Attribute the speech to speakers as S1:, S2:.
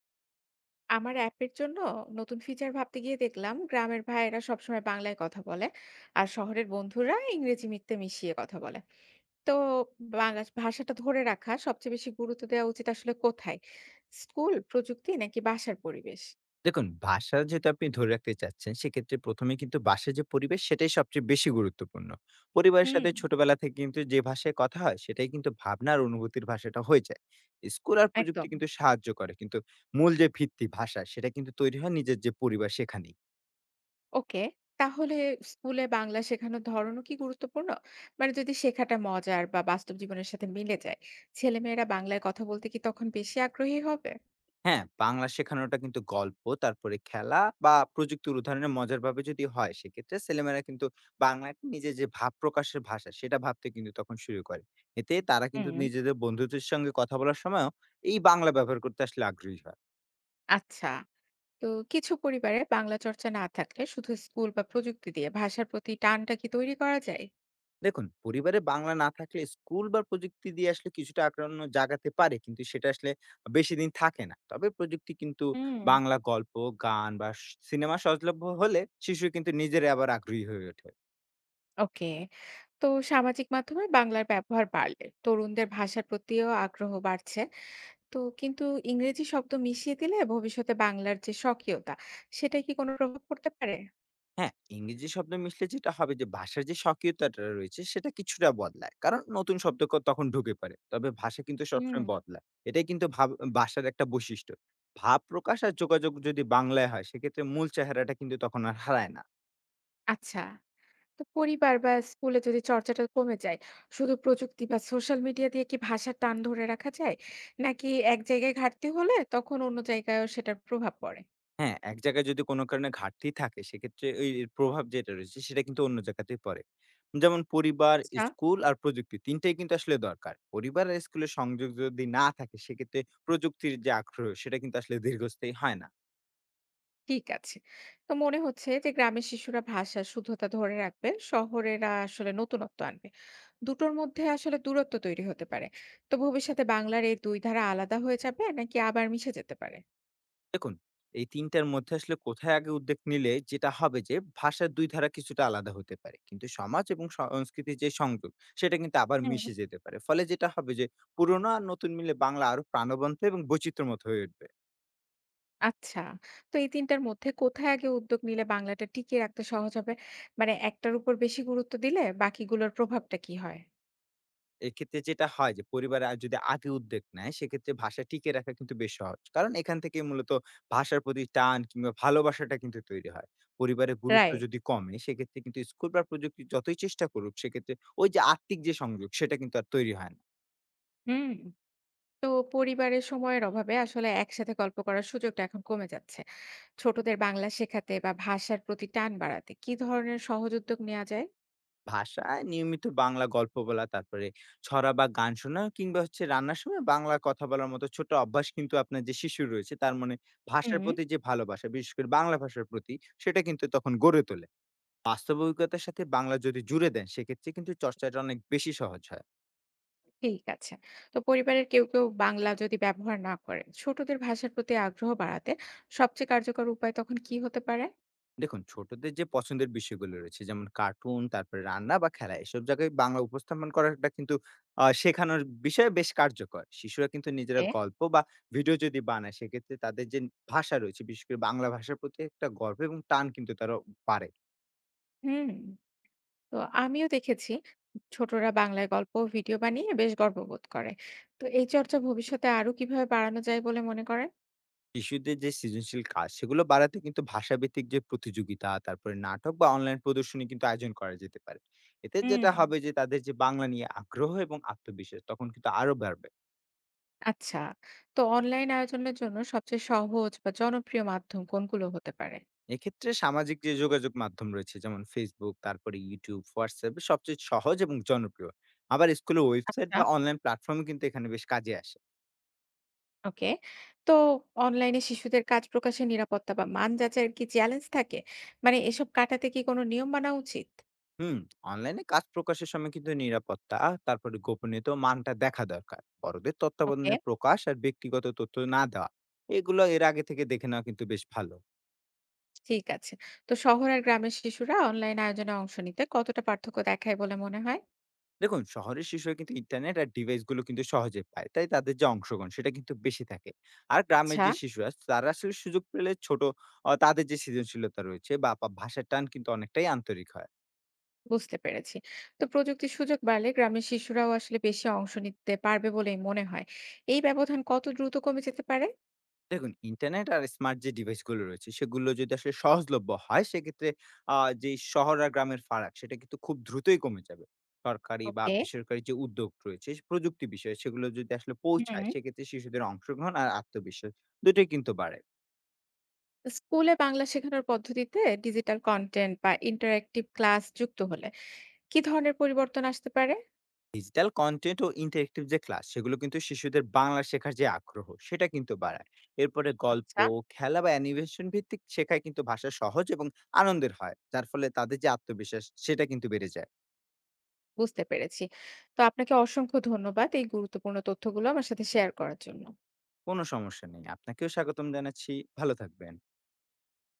S1: আমার অ্যাপের জন্য নতুন ফিচার ভাবতে গিয়ে দেখলাম গ্রামের ভাইয়েরা সবসময় বাংলায় কথা বলে, আর শহরের বন্ধুরা ইংরেজি মিথ্যে মিশিয়ে কথা বলে। তো বাংলা ভাষাটা ধরে রাখা সবচেয়ে বেশি গুরুত্ব দেওয়া উচিত আসলে কোথায়? স্কুল, প্রযুক্তি নাকি বাসার পরিবেশ?
S2: দেখুন ভাষা যেহেতু আপনি ধরে রাখতে চাচ্ছেন সেক্ষেত্রে প্রথমে কিন্তু বাসার যে পরিবেশ সেটাই সবচেয়ে বেশি গুরুত্বপূর্ণ। পরিবারের
S1: হুম।
S2: সাথে ছোটবেলা থেকে কিন্তু যে ভাষায় কথা হয় সেটাই কিন্তু ভাবনার অনুভূতির ভাষাটা হয়ে যায়। স্কুল আর প্রযুক্তি
S1: একদম।
S2: কিন্তু সাহায্য করে, কিন্তু মূল যে ভিত্তি ভাষা সেটা কিন্তু তৈরি হয় নিজের যে পরিবার সেখানে।
S1: ওকে, তাহলে স্কুলে বাংলা শেখানোর ধরনও কি গুরুত্বপূর্ণ? মানে যদি শেখাটা মজার বা বাস্তব জীবনের সাথে মিলে যায়, ছেলেমেয়েরা বাংলায় কথা বলতে কি তখন বেশি আগ্রহী হবে?
S2: হ্যাঁ, বাংলা শেখানোটা কিন্তু গল্প তারপরে খেলা বা প্রযুক্তির উদাহরণে মজার ভাবে যদি হয় সেক্ষেত্রে ছেলেমেয়েরা কিন্তু বাংলাকে নিজের যে ভাব প্রকাশের ভাষা সেটা ভাবতে কিন্তু তখন শুরু করে। এতে তারা কিন্তু
S1: হুম।
S2: নিজেদের বন্ধুদের সঙ্গে কথা বলার সময়ও এই বাংলা ব্যবহার করতে আসলে আগ্রহী হয়।
S1: আচ্ছা, তো কিছু পরিবারে বাংলা চর্চা না থাকলে শুধু স্কুল বা প্রযুক্তি দিয়ে ভাষার প্রতি টানটা কি তৈরি করা যায়?
S2: দেখুন পরিবারে বাংলা না থাকলে স্কুল বা প্রযুক্তি দিয়ে আসলে কিছুটা আগ্রহ জাগাতে পারে, কিন্তু সেটা আসলে বেশি দিন থাকে না। তবে প্রযুক্তি কিন্তু
S1: হুম।
S2: বাংলা গল্প, গান বা সিনেমা সহজলভ্য হলে শিশু কিন্তু নিজের আবার আগ্রহী হয়ে ওঠে।
S1: ওকে, তো সামাজিক মাধ্যমে বাংলার ব্যবহার বাড়লে তরুণদের ভাষার প্রতিও আগ্রহ বাড়ছে, তো কিন্তু ইংরেজি শব্দ মিশিয়ে দিলে ভবিষ্যতে বাংলার যে স্বকীয়তা, সেটাই কি কোনো প্রভাব পড়তে পারে?
S2: হ্যাঁ, ইংরেজি শব্দ মিশলে যেটা হবে যে ভাষার যে স্বকীয়তাটা রয়েছে সেটা কিছুটা বদলায়। কারণ নতুন শব্দ ক তখন ঢুকে পড়ে। তবে ভাষা কিন্তু
S1: হুম।
S2: সবসময় বদলায়। এটাই কিন্তু ভাব ভাষার একটা বৈশিষ্ট্য। ভাব প্রকাশ আর যোগাযোগ যদি বাংলায় হয় সেক্ষেত্রে মূল চেহারাটা কিন্তু তখন আর হারায় না।
S1: আচ্ছা, তো পরিবার বা স্কুলে যদি চর্চাটা কমে যায়, শুধু প্রযুক্তি বা সোশ্যাল মিডিয়া দিয়ে কি ভাষার টান ধরে রাখা যায়, নাকি এক জায়গায় ঘাটতি হলে তখন অন্য জায়গায়ও সেটার প্রভাব পড়ে?
S2: হ্যাঁ, এক জায়গায় যদি কোনো কারণে ঘাটতি থাকে সেক্ষেত্রে ওই এর প্রভাব যেটা রয়েছে সেটা কিন্তু অন্য জায়গাতেই পড়ে। যেমন পরিবার,
S1: আচ্ছা।
S2: স্কুল আর প্রযুক্তি ৩ টাই কিন্তু আসলে দরকার। পরিবার আর স্কুলের সংযোগ যদি না থাকে সেক্ষেত্রে প্রযুক্তির যে আগ্রহ সেটা কিন্তু আসলে দীর্ঘস্থায়ী হয় না।
S1: ঠিক আছে। তো মনে হচ্ছে যে গ্রামের শিশুরা ভাষার শুদ্ধতা ধরে রাখবে, শহরেরা আসলে নতুনত্ব আনবে, দুটোর মধ্যে আসলে দূরত্ব তৈরি হতে পারে। তো ভবিষ্যতে বাংলার এই দুই ধারা আলাদা হয়ে যাবে নাকি আবার মিশে যেতে পারে?
S2: দেখুন, এই ৩ টার মধ্যে আসলে কোথায় আগে উদ্যোগ নিলে যেটা হবে যে ভাষার ২ ধারা কিছুটা আলাদা হতে পারে। কিন্তু সমাজ এবং সংস্কৃতির যে সংযোগ সেটা কিন্তু আবার মিশে যেতে পারে। ফলে যেটা হবে যে পুরোনো আর নতুন মিলে বাংলা আরো প্রাণবন্ত এবং বৈচিত্র্যময় হয়ে উঠবে।
S1: আচ্ছা। তো এই ৩ টার মধ্যে কোথায় আগে উদ্যোগ নিলে বাংলাটা টিকিয়ে রাখতে সহজ হবে? মানে একটার উপর বেশি গুরুত্ব দিলে বাকিগুলোর প্রভাবটা কি হয়?
S2: এক্ষেত্রে যেটা হয় যে পরিবারে আর যদি আগে উদ্যোগ নেয় সেক্ষেত্রে ভাষা টিকিয়ে রাখা কিন্তু বেশ সহজ। কারণ এখান থেকেই মূলত ভাষার প্রতি টান কিংবা ভালোবাসাটা কিন্তু তৈরি হয়। পরিবারে গুরুত্ব
S1: রাইট।
S2: যদি কমে সেক্ষেত্রে কিন্তু স্কুল বা প্রযুক্তি যতই চেষ্টা করুক সেক্ষেত্রে ওই যে আত্মিক যে সংযোগ সেটা কিন্তু আর তৈরি হয় না।
S1: হুম। তো পরিবারের সময়ের অভাবে আসলে একসাথে গল্প করার সুযোগটা এখন কমে যাচ্ছে। ছোটদের বাংলা শেখাতে বা ভাষার প্রতি টান বাড়াতে কি ধরনের সহজ উদ্যোগ নেওয়া যায়?
S2: ভাষায় নিয়মিত বাংলা গল্প বলা, তারপরে ছড়া বা গান শোনা কিংবা হচ্ছে রান্নার সময় বাংলা কথা বলার মতো ছোট অভ্যাস কিন্তু আপনার যে শিশু রয়েছে তার মনে
S1: হুম।
S2: ভাষার প্রতি যে ভালোবাসা, বিশেষ করে বাংলা ভাষার প্রতি সেটা কিন্তু তখন গড়ে তোলে। বাস্তব অভিজ্ঞতার সাথে বাংলা যদি জুড়ে দেন সেক্ষেত্রে কিন্তু চর্চাটা অনেক বেশি সহজ হয়।
S1: ঠিক আছে। তো পরিবারের কেউ কেউ বাংলা যদি ব্যবহার না করে, ছোটদের ভাষার প্রতি আগ্রহ বাড়াতে সবচেয়ে কার্যকর উপায় তখন কি হতে পারে?
S2: দেখুন ছোটদের যে পছন্দের বিষয়গুলো রয়েছে যেমন কার্টুন তারপরে রান্না বা খেলা এসব জায়গায় বাংলা উপস্থাপন করাটা কিন্তু শেখানোর বিষয়ে বেশ কার্যকর। শিশুরা কিন্তু নিজেরা
S1: এ।
S2: গল্প বা ভিডিও যদি বানায় সেক্ষেত্রে তাদের যে ভাষা রয়েছে বিশেষ করে বাংলা ভাষার প্রতি একটা গর্ব এবং টান কিন্তু তারা বাড়ে।
S1: হুম। তো আমিও দেখেছি ছোটরা বাংলায় গল্প ও ভিডিও বানিয়ে বেশ গর্ববোধ করে। তো এই চর্চা ভবিষ্যতে আরো কিভাবে বাড়ানো যায় বলে মনে করেন?
S2: শিশুদের যে সৃজনশীল কাজ সেগুলো বাড়াতে কিন্তু ভাষাভিত্তিক যে প্রতিযোগিতা তারপরে নাটক বা অনলাইন প্রদর্শনী কিন্তু আয়োজন করা যেতে পারে। এতে
S1: হুম।
S2: যেটা হবে যে তাদের যে বাংলা নিয়ে আগ্রহ এবং আত্মবিশ্বাস তখন কিন্তু আরো বাড়বে।
S1: আচ্ছা, তো অনলাইন আয়োজনের জন্য সবচেয়ে সহজ বা জনপ্রিয় মাধ্যম কোনগুলো হতে পারে?
S2: এক্ষেত্রে সামাজিক যে যোগাযোগ মাধ্যম রয়েছে যেমন ফেসবুক, তারপরে ইউটিউব, হোয়াটসঅ্যাপ সবচেয়ে সহজ এবং জনপ্রিয়। আবার স্কুলের ওয়েবসাইট
S1: আচ্ছা।
S2: বা অনলাইন প্ল্যাটফর্ম কিন্তু এখানে বেশ কাজে আসে।
S1: ওকে, তো অনলাইনে শিশুদের কাজ প্রকাশের নিরাপত্তা বা মান যাচাইয়ের কি চ্যালেঞ্জ থাকে? মানে এসব কাটাতে কি কোনো নিয়ম বানা উচিত?
S2: হুম, অনলাইনে কাজ প্রকাশের সময় কিন্তু নিরাপত্তা, তারপরে গোপনীয়তা ও মানটা দেখা দরকার। বড়দের
S1: ওকে।
S2: তত্ত্বাবধানে প্রকাশ আর ব্যক্তিগত তথ্য না দেওয়া, এগুলো এর আগে থেকে দেখে নেওয়া কিন্তু বেশ ভালো।
S1: ঠিক আছে। তো শহর আর গ্রামের শিশুরা অনলাইন আয়োজনে অংশ নিতে কতটা পার্থক্য দেখায় বলে মনে হয়?
S2: দেখুন শহরের শিশুরা কিন্তু ইন্টারনেট আর ডিভাইসগুলো কিন্তু সহজে পায়, তাই তাদের যে অংশগ্রহণ সেটা কিন্তু বেশি থাকে। আর গ্রামের
S1: আচ্ছা।
S2: যে শিশুরা তারা আসলে সুযোগ পেলে ছোট তাদের যে সৃজনশীলতা রয়েছে বা বা ভাষার টান কিন্তু অনেকটাই আন্তরিক হয়।
S1: বুঝতে পেরেছি। তো প্রযুক্তির সুযোগ বাড়লে গ্রামের শিশুরাও আসলে বেশি অংশ নিতে পারবে বলেই মনে হয়। এই ব্যবধান কত দ্রুত কমে যেতে পারে?
S2: দেখুন ইন্টারনেট আর স্মার্ট যে ডিভাইসগুলো রয়েছে সেগুলো যদি আসলে সহজলভ্য হয় সেক্ষেত্রে যে শহর আর গ্রামের ফারাক সেটা কিন্তু খুব দ্রুতই কমে যাবে। সরকারি বা
S1: ওকে।
S2: বেসরকারি যে উদ্যোগ রয়েছে প্রযুক্তি বিষয়ে সেগুলো যদি আসলে
S1: হুম।
S2: পৌঁছায় সেক্ষেত্রে শিশুদের অংশগ্রহণ আর আত্মবিশ্বাস দুটোই কিন্তু বাড়ে।
S1: স্কুলে বাংলা শেখানোর পদ্ধতিতে ডিজিটাল কন্টেন্ট বা ইন্টারেক্টিভ ক্লাস যুক্ত হলে কি ধরনের পরিবর্তন আসতে পারে?
S2: ডিজিটাল কন্টেন্ট ও ইন্টারেক্টিভ যে ক্লাস সেগুলো কিন্তু শিশুদের বাংলা শেখার যে আগ্রহ সেটা কিন্তু বাড়ায়। এরপরে গল্প,
S1: আচ্ছা।
S2: খেলা বা অ্যানিমেশন ভিত্তিক শেখায় কিন্তু ভাষা সহজ এবং আনন্দের হয়, যার ফলে তাদের যে আত্মবিশ্বাস সেটা কিন্তু বেড়ে যায়।
S1: বুঝতে পেরেছি। তো আপনাকে অসংখ্য ধন্যবাদ এই গুরুত্বপূর্ণ তথ্যগুলো আমার সাথে শেয়ার করার জন্য।
S2: কোনো সমস্যা নেই, আপনাকেও স্বাগতম জানাচ্ছি। ভালো থাকবেন।